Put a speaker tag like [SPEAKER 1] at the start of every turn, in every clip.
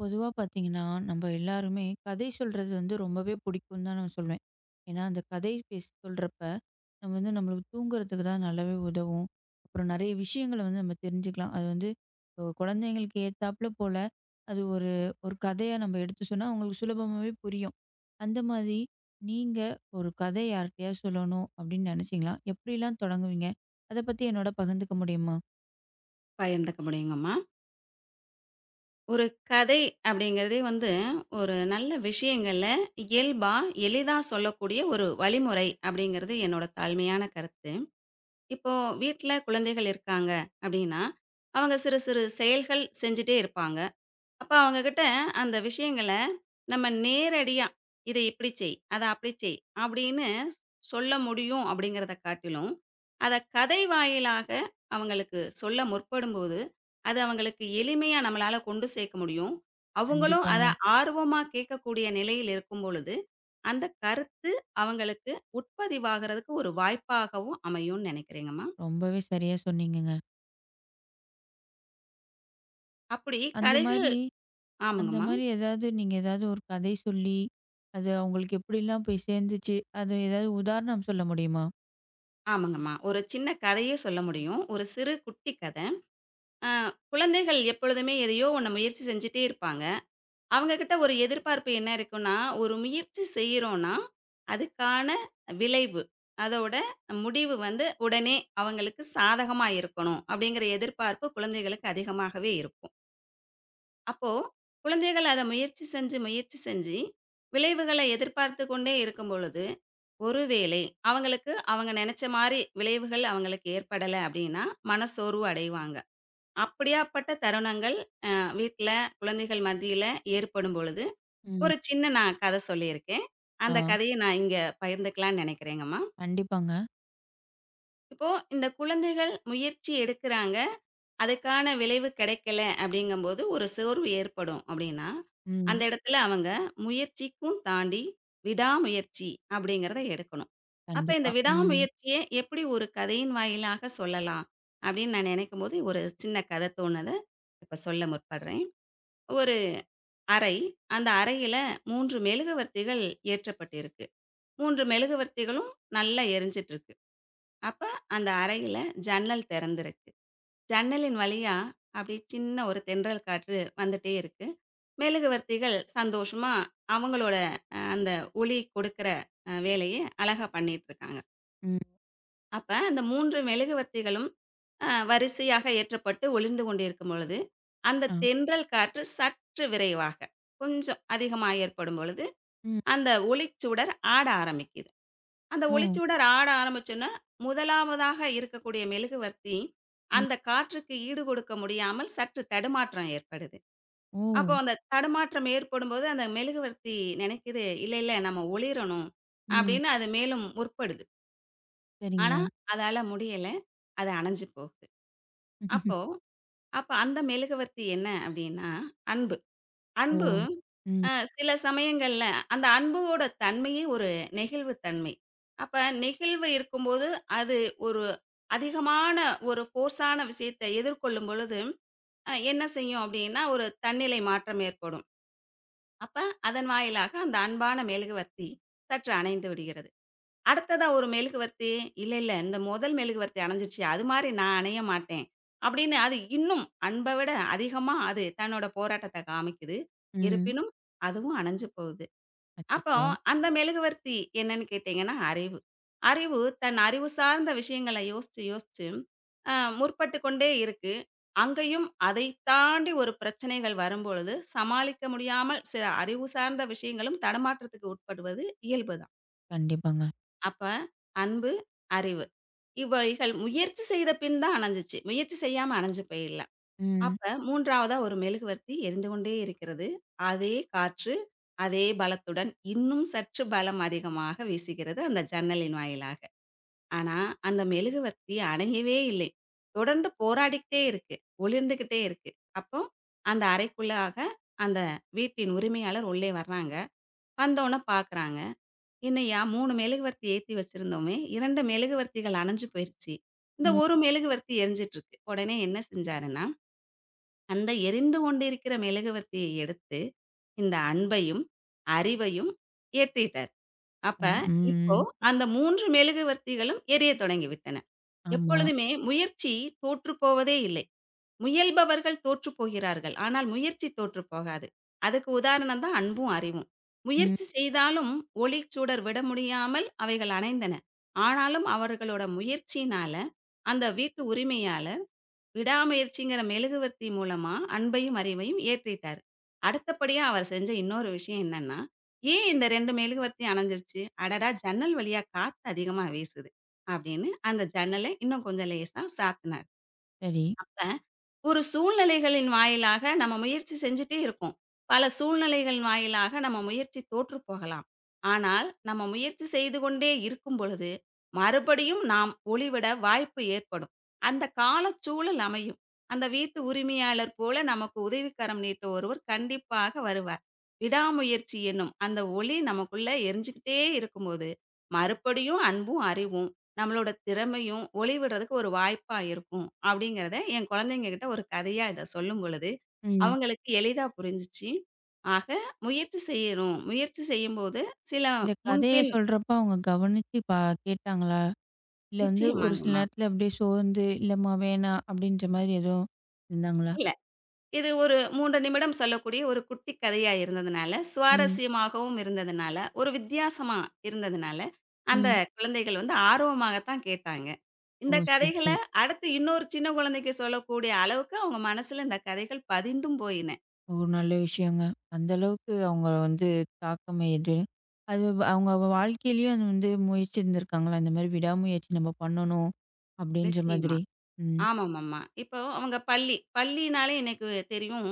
[SPEAKER 1] பொதுவா பார்த்தீங்கன்னா, நம்ம எல்லாருமே கதை சொல்றது வந்து ரொம்பவே பிடிக்கும்னு தான் நான் சொல்வேன். ஏன்னா, அந்த கதை பேசி சொல்றப்ப, நம்ம வந்து நம்மளுக்கு தூங்குறதுக்கு தான் நல்லாவே உதவும். அப்புறம் நெறைய விஷயங்கள வந்து நம்ம தெரிஞ்சுக்கலாம். அது வந்து இப்போ குழந்தைங்களுக்கு ஏத்தாப்ல போல, அது ஒரு ஒரு கதையா நம்ம எடுத்து சொன்னா, அவங்களுக்கு சுலபமாவே புரியும். அந்த மாதிரி நீங்க ஒரு கதை யார்ட்டயாவது சொல்லணும் அப்படின்னு நெனைச்சீங்களா? எப்படிலாம் தொடங்குவீங்க? அத பத்தி என்னோட பகிர்ந்துக்க முடியுமா?
[SPEAKER 2] பகிர்ந்துக்க முடியுங்கம்மா. ஒரு கதை அப்படிங்கிறதே வந்து, ஒரு நல்ல விஷயங்கள இயல்பா, எளிதா சொல்லக்கூடிய ஒரு வழிமுறை அப்படிங்கிறது என்னோட தாழ்மையான கருத்து. இப்போ வீட்ல குழந்தைகள் இருக்காங்க அப்படின்னா, அவங்க சிறு சிறு செயல்கள் செஞ்சுட்டே இருப்பாங்க. அப்ப அவங்க கிட்ட அந்த விஷயங்கள நம்ம நேரடியா, "இத இப்படி செய், அத அப்படி செய்" அப்படின்னு சொல்ல முடியும் அப்படிங்கிறத காட்டிலும், அத கதை வாயிலாக அவங்களுக்கு சொல்ல முற்படும்போது, அது அவங்களுக்கு எளிமையா நம்மளால கொண்டு சேர்க்க முடியும். அவங்களும் அத
[SPEAKER 1] கண்டிப்பாங்க.
[SPEAKER 2] ஆர்வமா கேட்கக்கூடிய நிலையில் இருக்கும் பொழுது, அந்த கருத்து அவங்களுக்கு உட்பதிவாகுறதுக்கு ஒரு வாய்ப்பாகவும் அமையும்னு நினைக்கிறேங்கம்மா.
[SPEAKER 1] ரொம்பவே சரியா சொன்னீங்கங்க.
[SPEAKER 2] அப்படி
[SPEAKER 1] அந்த
[SPEAKER 2] கதைகள்
[SPEAKER 1] மாரி அந்த
[SPEAKER 2] ஆமாங்கம்மா,
[SPEAKER 1] மாரி நீங்க ஏதாவது ஒரு கதை சொல்லி, அது அவங்களுக்கு எப்படிலாம் போய் சேர்ந்துச்சு, அது ஏதாவது உதாரணம் சொல்ல முடியுமா?
[SPEAKER 2] ஆமாங்கம்மா. ஒரு சின்ன கதையே சொல்ல முடியும். ஒரு சிறு குட்டி கத. ஆ, குழந்தைகள் எப்பொழுதுமே எதையோ ஒண்ண முயற்சி செஞ்சுட்டே இருப்பாங்க. அவங்க கிட்ட ஒரு எதிர்பார்ப்பு என்ன இருக்கும்னா, ஒரு முயற்சி செய்றோம்னா, அதுக்கான விளைவு, அதோட முடிவு வந்து உடனே அவங்களுக்கு சாதகமா இருக்கணும். அப்படிங்கிற எதிர்பார்ப்பு குழந்தைகளுக்கு அதிகமாகவே இருக்கும். அப்போ குழந்தைகள் அத முயற்சி செஞ்சு, முயற்சி செஞ்சு விளைவுகள எதிர்பார்த்துக் கொண்டே இருக்கும் பொழுது, ஒருவேளை அவங்களுக்கு அவங்க நெனச்ச மாரி விளைவுகள் அவங்களுக்கு ஏற்படல அப்படின்னா, மனச்சோர்வு அடைவாங்க. அப்படியாப்பட்ட தருணங்கள் வீட்ல குழந்தைகள் மத்தியில ஏற்படும் பொழுது,
[SPEAKER 1] ம்.
[SPEAKER 2] ஒரு சின்ன நான் கத சொல்லியிருக்கேன்.
[SPEAKER 1] ஆ.
[SPEAKER 2] அந்த கதைய நான் இங்க பகிர்ந்துக்கலான்னு நெனைக்கிறேங்கம்மா.
[SPEAKER 1] கண்டிப்பாங்க.
[SPEAKER 2] இப்போ இந்த குழந்தைகள் முயற்சி எடுக்குறாங்க, அதுக்கான விளைவு கிடைக்கல அப்படிங்கும்போது ஒரு சோர்வு ஏற்படும் அப்படின்னா,
[SPEAKER 1] ம்.
[SPEAKER 2] அந்த இடத்துல அவங்க முயற்சிக்கும் தாண்டி விடாமுயற்சி அப்படிங்கிறத எடுக்கணும். அப்ப இந்த
[SPEAKER 1] கண்டிப்பா. ம்.
[SPEAKER 2] விடாமுயற்சிய எப்படி ஒரு கதையின் வாயிலாக சொல்லலாம் அப்படின்னு நான் நெனைக்கும்போது, ஒரு சின்ன கத தோணுது. இப்ப சொல்ல முற்படுறேன். ஒரு அறை. அந்த அறையில 3 மெழுகுவர்த்திகள் ஏற்றப்பட்டிருக்கு. 3 மெழுகுவர்த்திகளும் நல்லா எரிஞ்சிட்டுருக்கு. அப்ப அந்த அறையில ஜன்னல் தெறந்திருக்கு. ஜன்னலின் வழியா அப்படியே சின்ன ஒரு தென்றல் காற்று வந்துட்டே இருக்கு. மெழுகுவர்த்திகள் சந்தோஷமா அவங்களோட அந்த ஒளி கொடுக்கிற வேலைய அழகா பண்ணிட்டுருக்காங்க.
[SPEAKER 1] ம்.
[SPEAKER 2] அப்ப அந்த 3 மெழுகுவர்த்திகளும் வரிசையாக ஏற்றப்பட்டு ஒளிர்ந்து கொண்டிருக்கும் பொழுது, அந்த
[SPEAKER 1] ஆ.
[SPEAKER 2] தென்றல் காற்று சற்று விரைவாக, கொஞ்சம் அதிகமா ஏற்படும் பொழுது
[SPEAKER 1] ம்.
[SPEAKER 2] அந்த ஒளிச்சுடர் ஆட ஆரம்பிக்குது. அந்த
[SPEAKER 1] ஓ!
[SPEAKER 2] ஒளிச்சுடர் ஆட ஆரம்பிச்சோன, முதலாவதாக இருக்கக்கூடிய மெழுகுவர்த்தி,
[SPEAKER 1] ம்.
[SPEAKER 2] அந்த காற்றுக்கு ஈடு கொடுக்க முடியாமல் சற்று தடுமாற்றம் ஏற்படுது.
[SPEAKER 1] ஓ!
[SPEAKER 2] அப்போ அந்த தடுமாற்றம் ஏற்படும்போது, அந்த மெழுகுவர்த்தி நினைக்குது, "இல்ல, இல்ல நம்ம ஒளிரணும்"
[SPEAKER 1] ம்.
[SPEAKER 2] அப்படின்னு அது மேலும் முற்படுது.
[SPEAKER 1] சரிங்க.
[SPEAKER 2] ஆனா, அதால முடியல. அது அணைஞ்சு போகுது. அப்போ அப்ப அந்த மெழுகுவர்த்தி என்ன அப்படின்னா, அன்பு.
[SPEAKER 1] ஓ!
[SPEAKER 2] அன்பு
[SPEAKER 1] ம்.
[SPEAKER 2] சில சமயங்கள்ல அந்த அன்போட தன்மையே ஒரு நெகிழ்வு தன்மை. அப்ப நெகிழ்வு இருக்கும்போது, அது ஒரு அதிகமான ஒரு ஃபோர்ஸான விஷயத்த எதிர்கொள்ளும் பொழுது, என்ன செய்யும் அப்படின்னா, ஒரு தன்னிலை மாற்றம் ஏற்படும். அப்ப அதன் வாயிலாக அந்த அன்பான மெழுகுவர்த்தி சற்று அணைந்து விடுகிறது. அடுத்ததா ஒரு மெழுகுவர்த்தி, "இல்ல, இல்ல இந்த முதல் மெழுகுவர்த்தி அணைஞ்சிருச்சு. அது மாரி நான் அணைய மாட்டேன்." அப்படின்னு அது இன்னும் அன்ப விட அதிகமா அது தன்னோட போராட்டத்த காமிக்குது.
[SPEAKER 1] ம்.
[SPEAKER 2] இருப்பினும் அதுவும் அணைஞ்சு போகுது. அப்போ
[SPEAKER 1] அச்சச்சோ!
[SPEAKER 2] அந்த மெழுகுவர்த்தி என்னன்னு கேட்டீங்கன்னா, அறிவு. அறிவு தன் அறிவு சார்ந்த விஷயங்கள யோசிச்சு, யோசிச்சு அ முற்பட்டு கொண்டே இருக்கு. அங்கேயும் அதை தாண்டி ஒரு பிரச்சனைகள் வரும்பொழுது, சமாளிக்க முடியாமல் சில அறிவு சார்ந்த விஷயங்களும் தடுமாற்றத்துக்கு உட்படுவது இயல்பு தான்.
[SPEAKER 1] கண்டிப்பாங்க.
[SPEAKER 2] அப்ப அன்பு, அறிவு இவைகள் முயற்சி செய்த பின் தான் அணைஞ்சுச்சு. முயற்சி செய்யாம அணைஞ்சு போயிடல.
[SPEAKER 1] ம்.
[SPEAKER 2] அப்ப 3வதா ஒரு மெழுகுவர்த்தி எரிந்து கொண்டே இருக்கிறது. அதே காற்று, அதே பலத்துடன் இன்னும் சற்று பலம் அதிகமாக வீசுகிறது அந்த ஜன்னலின் வாயிலாக. ஆனா, அந்த மெழுகுவர்த்தி அணையவே இல்லை. தொடர்ந்து போராடிக்கிட்டே இருக்கு. ஒளிர்ந்துகிட்டே இருக்கு. அப்போ அந்த அறைக்குள்ளாக அந்த வீட்டின் உரிமையாளர் உள்ளே வர்றாங்க. வந்தோன பார்க்குறாங்க. "என்னய்யா 3 மெழுகுவர்த்தி ஏத்தி வச்சிருந்தோமே, 2 மெழுகுவர்த்திகள் அணைஞ்சு போயிருச்சு. இந்த
[SPEAKER 1] ம்.
[SPEAKER 2] ஒரு மெழுகுவர்த்தி எரிஞ்சிட்டு இருக்கு." உடனே என்ன செஞ்சாருன்னா அந்த எரிந்து கொண்டிருக்கிற மெழுகுவர்த்தியை எடுத்து, இந்த அன்பையும், அறிவையும் ஏற்றிட்டார். அப்ப
[SPEAKER 1] ம்.
[SPEAKER 2] இப்போ
[SPEAKER 1] ம்.
[SPEAKER 2] அந்த 3 மெழுகுவர்த்திகளும் எரியத் தொடங்கிவிட்டன.
[SPEAKER 1] ஆமா.
[SPEAKER 2] எப்பொழுதுமே முயற்சி தோற்றுப் போவதே இல்லை. முயல்பவர்கள் தோற்றுப் போகிறார்கள். ஆனால் முயற்சி தோற்றுப் போகாது. அதுக்கு உதாரணம் தான் அன்பும், அறிவும்.
[SPEAKER 1] ம்.
[SPEAKER 2] முயற்சி செய்தாலும் ஒளிச்சுடர் விட முடியாமல் அவைகள் அணைந்தன. ஆனாலும் அவர்களோட முயற்சியினால, அந்த வீட்டு உரிமையால விடாமுயற்சிங்கிற மெழுகுவர்த்தி மூலமா அன்பையும், அறிவையும் ஏற்றிட்டாரு. அடுத்தபடியா அவர் செஞ்ச இன்னொரு விஷயம் என்னன்னா, ஏன் இந்த 2 மெழுகுவர்த்தி அணைஞ்சிருச்சு? அடடா! ஜன்னல் வழியா காத்து அதிகமா வீசுது. அப்படின்னு அந்த ஜன்னல இன்னும் கொஞ்சம் லேசா சாத்துனாரு.
[SPEAKER 1] சரி.
[SPEAKER 2] அப்ப ஒரு சூழ்நிலைகளின் வாயிலாக நம்ம முயற்சி செஞ்சுட்டே இருக்கோம். பல சூழ்நிலைகள் வாயிலாக நம்ம முயற்சி தோற்று போகலாம். ஆனால், நம்ம முயற்சி செய்து கொண்டே இருக்கும் பொழுது, மறுபடியும் நாம் ஒளிவிட வாய்ப்பு ஏற்படும். அந்த காலச்சூழல் அமையும். அந்த வீட்டு உரிமையாளர் போல நமக்கு உதவிக்கரம் நீட்ட ஒருவர் கண்டிப்பாக வருவார். விடாமுயற்சி என்னும் அந்த ஒளி நமக்குள்ள எரிஞ்சுகிட்டே இருக்கும்போது, மறுபடியும் அன்பும், அறிவும் நம்மளோட திறமையும் ஒளிவிடுறதுக்கு ஒரு வாய்ப்பா இருக்கும் அப்படிங்கிறத என் குழந்தைங்க கிட்ட ஒரு கதையா இதை சொல்லும் பொழுது
[SPEAKER 1] ம்.
[SPEAKER 2] அவங்களுக்கு எளிதா புரிஞ்சிச்சு. ஆக முயற்சி செய்யணும். முயற்சி செய்யும்போது சில
[SPEAKER 1] இந்த கதைய
[SPEAKER 2] முன்பின்
[SPEAKER 1] சொல்றப்ப அவங்க கவனிச்சு கேட்டாங்களா? இல்ல வந்து ஒரு சில
[SPEAKER 2] நிச்சயமாங்கம்மா.
[SPEAKER 1] நேரத்துல அப்படியே சோர்ந்து, "இல்லம்மா வேணாம்" அப்படின்ற மாரி எதுவும் இருந்தாங்களா?
[SPEAKER 2] இல்ல. இது ஒரு 3 நிமிடம் சொல்லக்கூடிய ஒரு குட்டி கதையா இருந்ததுனால,
[SPEAKER 1] ம்,
[SPEAKER 2] சுவாரஸ்யமாகவும் இருந்ததுனால, ஒரு வித்தியாசமா இருந்ததுனால, அந்த
[SPEAKER 1] ம்.
[SPEAKER 2] குழந்தைகள் வந்து ஆர்வமாகத்தான் கேட்டாங்க.
[SPEAKER 1] ஓ!
[SPEAKER 2] இந்த
[SPEAKER 1] சரி,
[SPEAKER 2] கதைகள
[SPEAKER 1] சரி.
[SPEAKER 2] அடுத்து இன்னொரு சின்ன குழந்தைக்கு சொல்லக்கூடிய அளவுக்கு அவங்க மனசுல இந்த கதைகள் பதிந்தும் போயின.
[SPEAKER 1] ஒரு நல்ல விஷயங்க. அந்த அளவுக்கு அவங்க வந்து தாக்கம் எது அவங்க வாழ்க்கையிலயும் அது வந்து முயற்சி இருந்திருக்காங்களா? இந்த மாரி விடாமுயற்சி நம்ம பண்ணணும் அப்படின்ற
[SPEAKER 2] நிச்சயமா.
[SPEAKER 1] மாதிரி. ம்.
[SPEAKER 2] ஆமாமாமா. இப்போ அவங்க பள்ளி. பள்ளினாலே எனக்கு தெரியும்.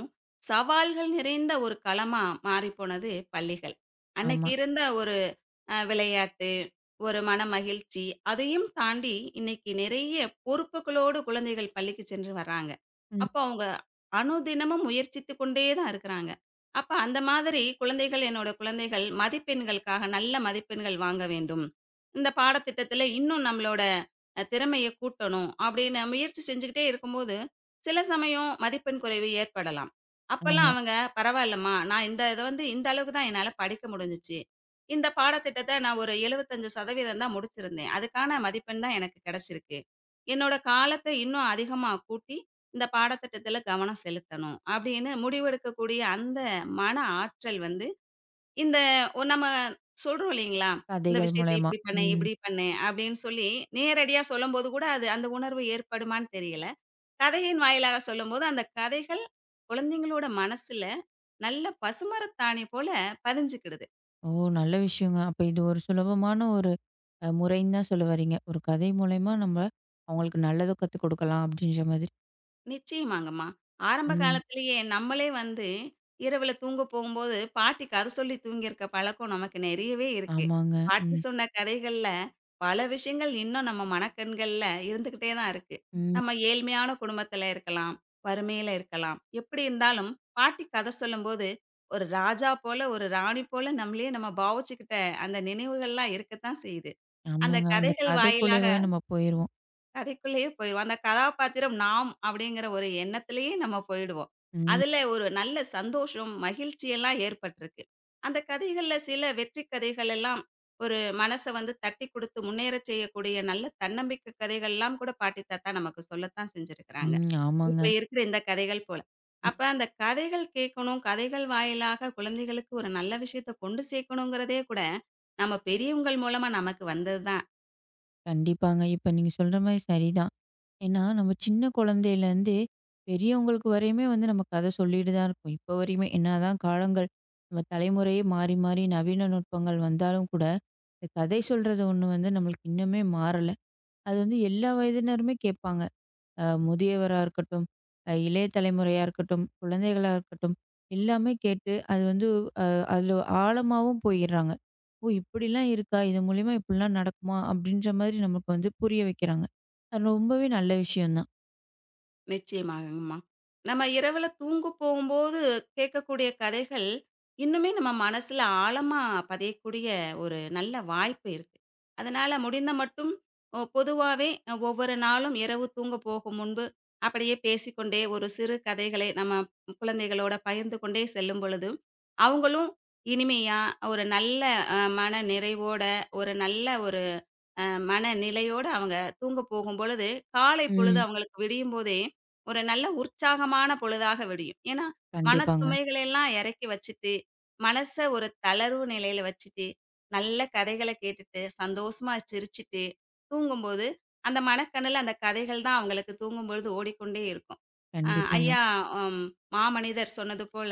[SPEAKER 2] சவால்கள் நிறைந்த ஒரு களமா மாறிப்போனது பள்ளிகள். அன்னைக்கு
[SPEAKER 1] ஆமா.
[SPEAKER 2] இருந்த ஒரு விளையாட்டு, ஒரு மனமகிழ்ச்சி. அதையும் தாண்டி இன்னைக்கு நிறைய பொறுப்புகளோடு குழந்தைகள் பள்ளிக்கு சென்று வர்றாங்க.
[SPEAKER 1] ம்.
[SPEAKER 2] அப்போ அவங்க அனுதினமும் முயற்சித்து கொண்டே தான் இருக்கிறாங்க. அப்ப அந்த மாதிரி குழந்தைகள் என்னோட குழந்தைகள் மதிப்பெண்களுக்காக நல்ல மதிப்பெண்கள் வாங்க வேண்டும். இந்த பாடத்திட்டத்தில இன்னும் நம்மளோட திறமைய கூட்டணும் அப்படின்னு முயற்சி செஞ்சுக்கிட்டே இருக்கும்போது, சில சமயம் மதிப்பெண் குறைவு ஏற்படலாம். அப்பல்லாம்
[SPEAKER 1] ஆமா.
[SPEAKER 2] அவங்க பரவாயில்லம்மா நான் இந்த இத வந்து இந்த அளவுக்கு தான் என்னால படிக்க முடிஞ்சுச்சு. இந்த பாடத்திட்டத்த நான் ஒரு 75% தான் முடிச்சிருந்தேன். அதுக்கான மதிப்பெண் தான் எனக்கு கிடைச்சிருக்கு. என்னோட காலத்த இன்னும் அதிகமா கூட்டி, இந்த பாடத்திட்டத்தில கவனம் செலுத்தணும். அப்படின்னு முடிவெடுக்கக்கூடிய அந்த மன ஆற்றல் வந்து, இந்த நம்ம சொல்றோம் இல்லைங்களா? இந்த
[SPEAKER 1] கதைகள்
[SPEAKER 2] விஷயத்த
[SPEAKER 1] மூலியமா.
[SPEAKER 2] இப்படி பண்ணு,
[SPEAKER 1] ம்.
[SPEAKER 2] இப்படி பண்ணு அப்படின்னு சொல்லி நேரடியா சொல்லும்போது கூட அது அந்த உணர்வு ஏற்படுமான்னு தெரியல. கதையின் வாயிலாக சொல்லும்போது அந்த கதைகள் குழந்தைங்களோட மனசுல நல்ல பசுமரத்தாணி போல பதிஞ்சுக்கிடுது.
[SPEAKER 1] ஓ! நல்ல விஷயங்க. அப்ப இது ஒரு சுலபமான ஒரு முறைன்னு தான் சொல்ல வர்றீங்க. ஒரு கதை மூலியமா நம்ம அவங்களுக்கு நல்லத கத்துக் குடுக்கலாம் அப்படின்ற மாதிரி.
[SPEAKER 2] நிச்சயமாங்கம்மா. ஆரம்ப
[SPEAKER 1] ம்.
[SPEAKER 2] காலத்திலேயே நம்மளே வந்து இரவுல தூங்க போகும்போது, பாட்டி கதை சொல்லி தூங்கியிருக்க பழக்கம் நமக்கு நெறையவே இருக்கு.
[SPEAKER 1] ஆமாங்க.
[SPEAKER 2] பாட்டி
[SPEAKER 1] ம்.
[SPEAKER 2] சொன்ன கதைகள்ல பல விஷயங்கள் இன்னும் நம்ம மனக்கண்கள்ல இருந்துகிட்டே தான் இருக்கு.
[SPEAKER 1] ம்.
[SPEAKER 2] நம்ம ஏழ்மையான குடும்பத்தில இருக்கலாம், வறுமையில இருக்கலாம். எப்படி இருந்தாலும் பாட்டி கதை சொல்லும்போது, ஒரு ராஜா போல, ஒரு ராணி போல நம்மளயே நம்ம பாவிச்சுக்கிட்ட அந்த நினைவுகள்லாம் இருக்கத்தான் செய்யுது. அந்த
[SPEAKER 1] ஆமாங்க. அந்த
[SPEAKER 2] கதைகள் வாயிலாக
[SPEAKER 1] கதைக்குள்ளேயே நம்ம போயிருவோம்.
[SPEAKER 2] கதைக்குள்ளேயே போயிருவோம். அந்த கதாபாத்திரம் நாம் அப்படிங்கிற ஒரு எண்ணத்திலேயே நம்ம போயிடுவோம்.
[SPEAKER 1] ம்.
[SPEAKER 2] அதுல ஒரு நல்ல சந்தோஷம், மகிழ்ச்சி எல்லாம் ஏற்பட்டிருக்கு. அந்த கதைகள்ல சில வெற்றி கதைகள் எல்லாம் ஒரு மனச வந்து தட்டி குடுத்து முன்னேற செய்யக்கூடிய நல்ல தன்னம்பிக்கை கதைகள்லாம் கூட பாட்டி, தாத்தா நமக்கு சொல்லத்தான் செஞ்சிருக்கிறாங்க.
[SPEAKER 1] ம்.
[SPEAKER 2] இப்ப
[SPEAKER 1] ஆமாங்க.
[SPEAKER 2] இருக்கிற இந்த கதைகள் போல.
[SPEAKER 1] ம்.
[SPEAKER 2] அப்ப அந்த கதைகள் கேட்கணும், கதைகள் வாயிலாக குழந்தைகளுக்கு ஒரு நல்ல விஷயத்த கொண்டு சேர்க்கணுங்கிறதே கூட, நம்ம பெரியவங்கள் மூலமா நமக்கு வந்தது தான்.
[SPEAKER 1] கண்டிப்பாங்க. இப்ப நீங்க சொல்ற மாரி சரிதான். ஏன்னா, நம்ம சின்ன குழந்தையிலேருந்து பெரியவங்களுக்கு வரையுமே வந்து நம்ம கதை சொல்லிட்டு தான் இருக்கோம். இப்போ வரையுமே. என்னதான் காலங்கள் நம்ம தலைமுறையே மாறி, மாறி நவீன நுட்பங்கள் வந்தாலும் கூட, இந்த கதை சொல்றது ஒண்ணு வந்து நம்மளுக்கு இன்னுமே மாறல. அது வந்து எல்லா வயதினருமே கேட்பாங்க. முதியவரா இருக்கட்டும், இளைய தலைமுறையா இருக்கட்டும், குழந்தைகளா இருக்கட்டும், எல்லாமே கேட்டு அது வந்து அ அதில ஆழமாவும் போயிர்றாங்க. ஓ! இப்படிலாம் இருக்கா? இது மூலியமா இப்படிலாம் நடக்குமா? அப்படின்ற மாதிரி நமக்கு வந்து புரிய வைக்கிறாங்க. அது ரொம்பவே நல்ல விஷயம் தான்.
[SPEAKER 2] நிச்சயமாகங்கம்மா. நம்ம இரவுல தூங்க போகும்போது கேட்கக்கூடிய கதைகள், இன்னுமே நம்ம மனசுல ஆழமா பதியக்கூடிய ஒரு நல்ல வாய்ப்பு இருக்கு. அதனால முடிந்த மட்டும் பொதுவாவே ஒவ்வொரு நாளும் இரவு தூங்க போகும் முன்பு, அப்படியே பேசிக்கொண்டே ஒரு சிறு கதைகளை நம்ம குழந்தைகளோட பகிர்ந்து கொண்டே செல்லும் பொழுது, அவங்களும் இனிமையா ஒரு நல்ல மன நிறைவோட, ஒரு நல்ல ஒரு அ மனநிலையோட அவங்க தூங்க போகும்பொழுது, காலை பொழுது
[SPEAKER 1] ம்.
[SPEAKER 2] அவங்களுக்கு விடியும்போதே, ஒரு நல்ல உற்சாகமான பொழுதாக விடியும். ஏன்னா,
[SPEAKER 1] கண்டிப்பாங்க,
[SPEAKER 2] மனச்சுமைகளை எல்லாம் இறக்கி வச்சுட்டு, மனச ஒரு தளர்வு நிலையில வச்சுட்டு, நல்ல கதைகள கேட்டுட்டு, சந்தோஷமா சிரிச்சுட்டு, தூங்கும்போது, அந்த மனக்கண்ணுல அந்த கதைகள் தான் அவங்களுக்கு தூங்கும்பொழுது ஓடிக்கொண்டே இருக்கும். அ
[SPEAKER 1] கண்டிப்பாங்க.
[SPEAKER 2] ஐயா அம் மாமனிதர் சொன்னது போல,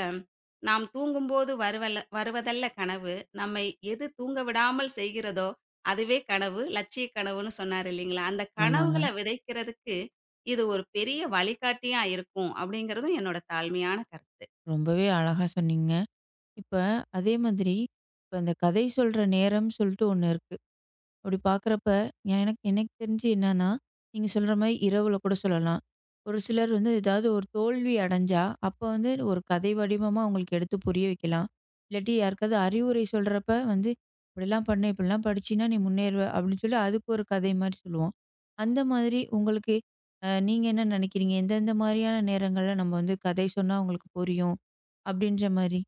[SPEAKER 2] "நாம் தூங்கும்போது வருவல்ல வருவதல்ல கனவு, நம்மை எது தூங்க விடாமல் செய்கிறதோ அதுவே கனவு, லட்சிய கனவுன்னு சொன்னாரு இல்லீங்களா? அந்த கனவுகள
[SPEAKER 1] ஆமாங்க.
[SPEAKER 2] விதைக்கிறதுக்கு, இது ஒரு பெரிய வழிகாட்டியா இருக்கும் அப்படிங்கிறதும் என்னோட தாழ்மையான கருத்து.
[SPEAKER 1] ரொம்பவே அழகா சொன்னீங்க. இப்ப அதே மாதிரி இப்ப இந்த கதை சொல்ற நேரம்னு சொல்லிட்டு ஒண்ணு இருக்கு. அப்படி பார்க்குறப்ப, எனக்கு எனக்கு தெரிஞ்சு என்னன்னா, நீங்க சொல்ற மாரி இரவுல கூட சொல்லலாம். ஒரு சிலர் வந்து ஏதாவது ஒரு தோல்வி அடைஞ்சா, அப்ப வந்து ஒரு கதை வடிவமா அவங்களுக்கு எடுத்து புரிய வைக்கலாம். இல்லாட்டி யாருக்காவது அறிவுரை சொல்றப்ப வந்து, "இப்படிலாம் பண்ணு, இப்படிலாம் படிச்சீன்னா நீ முன்னேறுவ" அப்படின்னு சொல்லி அதுக்கு ஒரு கதை மாரி சொல்லுவோம். அந்த மாதிரி உங்களுக்கு நீங்க என்ன நினைக்கிறீங்க? எந்தெந்த மாதிரியான நேரங்கள்ல நம்ம வந்து கதை சொன்னா அவங்களுக்கு புரியும்? அப்படின்ற மாரி.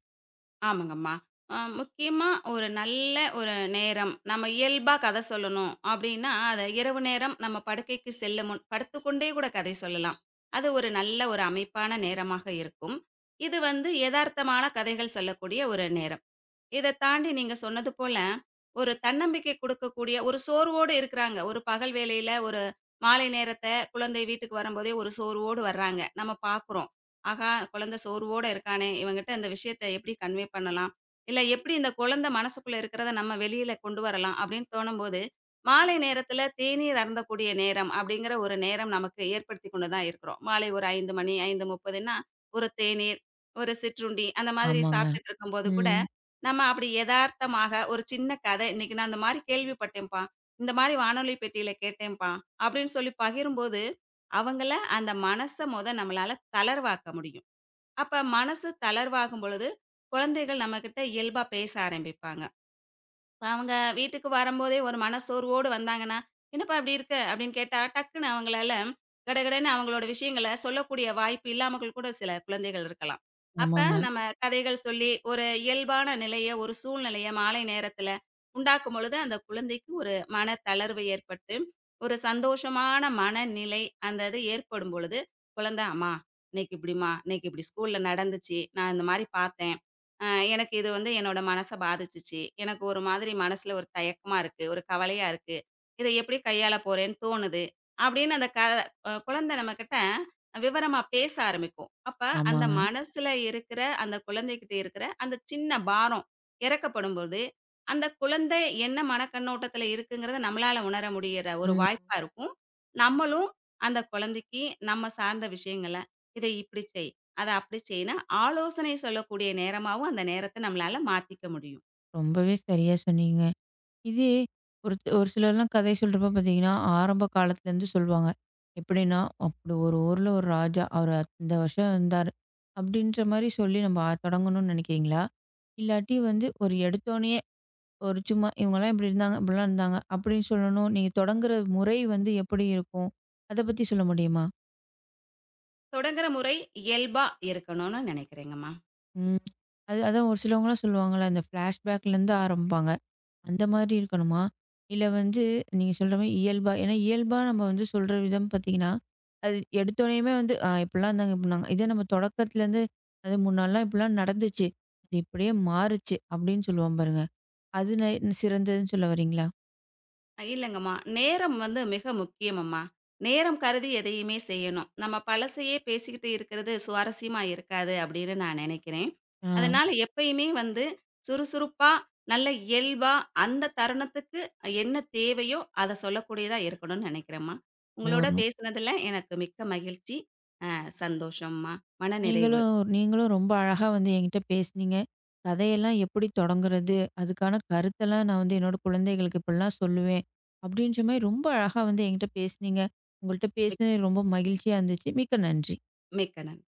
[SPEAKER 2] ஆமாங்கம்மா. முக்கியமா ஒரு நல்ல ஒரு நேரம், நம்ம இயல்பா கதை சொல்லணும் அப்படின்னா, அத இரவு நேரம் நம்ம படுக்கைக்கு செல்லும் முன் படுத்துக்கொண்டே கூட கதை சொல்லலாம். அது ஒரு நல்ல ஒரு அமைப்பான நேரமாக இருக்கும். இது வந்து எதார்த்தமான கதைகள் சொல்லக்கூடிய ஒரு நேரம். இத தாண்டி நீங்க சொன்னது போல, ஒரு தன்னம்பிக்கை குடுக்கக்கூடிய ஒரு சோர்வோடு இருக்கிறாங்க. ஒரு பகல் வேளையில ஒரு மாலை நேரத்த குழந்தை வீட்டுக்கு வரும்போதே ஒரு சோர்வோடு வர்றாங்க. நம்ம பார்க்குறோம். ஆஹா! குழந்தை சோர்வோட இருக்கானே! இவன்கிட்ட இந்த விஷயத்த எப்படி கன்வே பண்ணலாம்? இல்ல எப்படி இந்த குழந்தை மனசுக்குள்ள இருக்கிறத நம்ம வெளியில கொண்டு வரலாம்? அப்படின்னு தோணும்போது, மாலை நேரத்தில தேநீர் அருந்தக்கூடிய நேரம் அப்படிங்கிற ஒரு நேரம் நமக்கு ஏற்படுத்திக் கொண்டு தான் இருக்கிறோம். மாலை ஒரு 5:00 மணி, 5:30ன்னா ஒரு தேநீர், ஒரு சிற்றுண்டி அந்த மாதிரி
[SPEAKER 1] ஆமாங்க.
[SPEAKER 2] சாப்பிட்டுட்டு இருக்கும்போது கூட
[SPEAKER 1] ம்.
[SPEAKER 2] நம்ம அப்படி எதார்த்தமாக ஒரு சின்ன கதை, "இன்னைக்கு நான் இந்த மாரி கேள்விப்பட்டேன்ப்பா. இந்த மாரி வானொலி பெட்டியில கேட்டேன்ப்பா" அப்படின்னு சொல்லி பகிரும்போது, அவங்கள அந்த மனச மொத நம்மளால தளர்வாக்க முடியும். அப்ப மனசு தளர்வாகும் பொழுது, குழந்தைகள் நம்மகிட்ட இயல்பா பேச ஆரம்பிப்பாங்க. இப்ப அவங்க வீட்டுக்கு வரும்போதே ஒரு மனசோர்வோடு வந்தாங்கன்னா, "என்னப்பா இப்படி இருக்க?" அப்படின்னு கேட்டா, டக்குன்னு அவங்களால கடகடன்னு அவங்களோட விஷயங்கள சொல்லக்கூடிய வாய்ப்பு இல்லாமகள் கூட சில குழந்தைகள் இருக்கலாம். அப்ப
[SPEAKER 1] ஆமாங்க,
[SPEAKER 2] நம்ம கதைகள் சொல்லி ஒரு இயல்பான நிலைய, ஒரு சூழ்நிலைய மாலை நேரத்தில உண்டாக்கும் பொழுது, அந்த குழந்தைக்கு ஒரு மன தளர்வு ஏற்பட்டு, ஒரு சந்தோஷமான மனநிலை அந்த இது ஏற்படும் பொழுது, குழந்த "அம்மா, இன்னைக்கு இப்படிம்மா, இன்னைக்கு இப்படி ஸ்கூல்ல நடந்துச்சு. நான் இந்த மாரி பார்த்தேன்." அ எனக்கு இது வந்து என்னோட மனச பாதிச்சுச்சு. எனக்கு ஒரு மாதிரி மனசுல ஒரு தயக்கமா இருக்கு. ஒரு கவலையா இருக்கு. இத எப்படி கையாள போறேன்னு தோணுது. அப்படின்னு அந்த க அ குழந்தை நம்மகிட்ட விவரமா பேச ஆரம்பிக்கும். அப்ப அந்த
[SPEAKER 1] ஆமாங்க.
[SPEAKER 2] மனசுல இருக்கிற அந்த குழந்தைகிட்ட இருக்கிற அந்த சின்ன பாரம் இறக்கப்படும்போது, அந்த குழந்தை என்ன மனக்கண்ணோட்டத்துல இருக்குங்கிறத நம்மளால உணர முடியிற ஒரு
[SPEAKER 1] ம்.
[SPEAKER 2] வாய்ப்பா இருக்கும். நம்மளும் அந்த குழந்தைக்கு நம்ம சார்ந்த விஷயங்கள, இதை இப்படி செய். அத அப்படி செய்யினா, ஆலோசனை சொல்லக்கூடிய நேரமாவும் அந்த நேரத்த நம்மளால மாத்திக்க முடியும்.
[SPEAKER 1] ரொம்பவே சரியா சொன்னீங்க. இதே ஒரு ஒரு சிலர்லாம் கதை சொல்றப்ப பார்த்தீங்கன்னா, ஆரம்ப காலத்துலேருந்து சொல்லுவாங்க. எப்படின்னா, அப்படி ஒரு ஊர்ல ஒரு ராஜா, அவர் இந்த வருஷம் இருந்தாரு. அப்படின்ற மாரி சொல்லி நம்ம தொடங்கணும்னு நினைக்கிறீங்களா? இல்லாட்டி வந்து ஒரு எடுத்தோனயே ஒரு சும்மா இவங்கலாம் இப்படி இருந்தாங்க, இப்படிலாம் இருந்தாங்க அப்படின்னு சொல்லணும். நீங்க தொடங்குற முறை வந்து எப்படி இருக்கும்? அத பத்தி சொல்ல முடியுமா?
[SPEAKER 2] தொடங்குற முறை இயல்பா இருக்கணும்னு நினைக்கிறேங்கம்மா.
[SPEAKER 1] ம். அது அதான் ஒரு சிலவங்கலாம் சொல்லுவாங்கல்ல, இந்த ஃப்ளாஷ்பேக்லேருந்து ஆரம்பிப்பாங்க. அந்த மாதிரி இருக்கணுமா? இல்ல வந்து நீங்க சொல்ற மாரி இயல்பா ஏன்னா இயல்பா நம்ம வந்து சொல்ற விதம் பார்த்தீங்கன்னா, அது எடுத்தோனேயுமே வந்து ஆ இப்படிலாம் இருந்தாங்க, இப்படின்னாங்க. இதே நம்ம தொடக்கத்துலேருந்து அது முன்னாடிலாம் இப்படிலாம் நடந்துச்சு. அது இப்படியே மாறுச்சு அப்படின்னு சொல்லுவோம் பாருங்க. அது சிறந்ததுன்னு சொல்ல வரீங்களா?
[SPEAKER 2] இல்லங்கம்மா, நேரம் வந்து மிக முக்கியமம்மா. நேரம் கருதி எதையுமே செய்யணும். நம்ம பழசையே பேசிக்கிட்டு இருக்கிறது சுவாரஸ்யமா இருக்காது அப்படின்னு நான் நினைக்கிறேன். அதனால எப்பயுமே வந்து சுறுசுறுப்பா, நல்ல இயல்பா, அந்த தருணத்துக்கு என்ன தேவையோ அத சொல்லக்கூடியதா இருக்கணும்னு நினைக்கிறேன்ம்மா. உங்களோட
[SPEAKER 1] ஆ.
[SPEAKER 2] பேசினதுல எனக்கு மிக்க மகிழ்ச்சி. சந்தோஷம்மா. மனநிறைவு.
[SPEAKER 1] நீங்களும் நீங்களும் ரொம்ப அழகா வந்து என்கிட்ட பேசுனீங்க. கதையெல்லாம் எப்படி தொடங்குறது? அதுக்கான கருத்தெல்லாம் நான் வந்து என்னோட குழந்தைகளுக்கு இப்படிலாம் சொல்லுவேன். அப்படின்ற மாரி ரொம்ப அழகா வந்து என்கிட்ட பேசுனீங்க. உங்கள்ட்ட
[SPEAKER 2] మెక్
[SPEAKER 1] பேசினது ரொம்ப மகிழ்ச்சியா இருந்துச்சு. மிக்க நன்றி.
[SPEAKER 2] మెక్కనన్.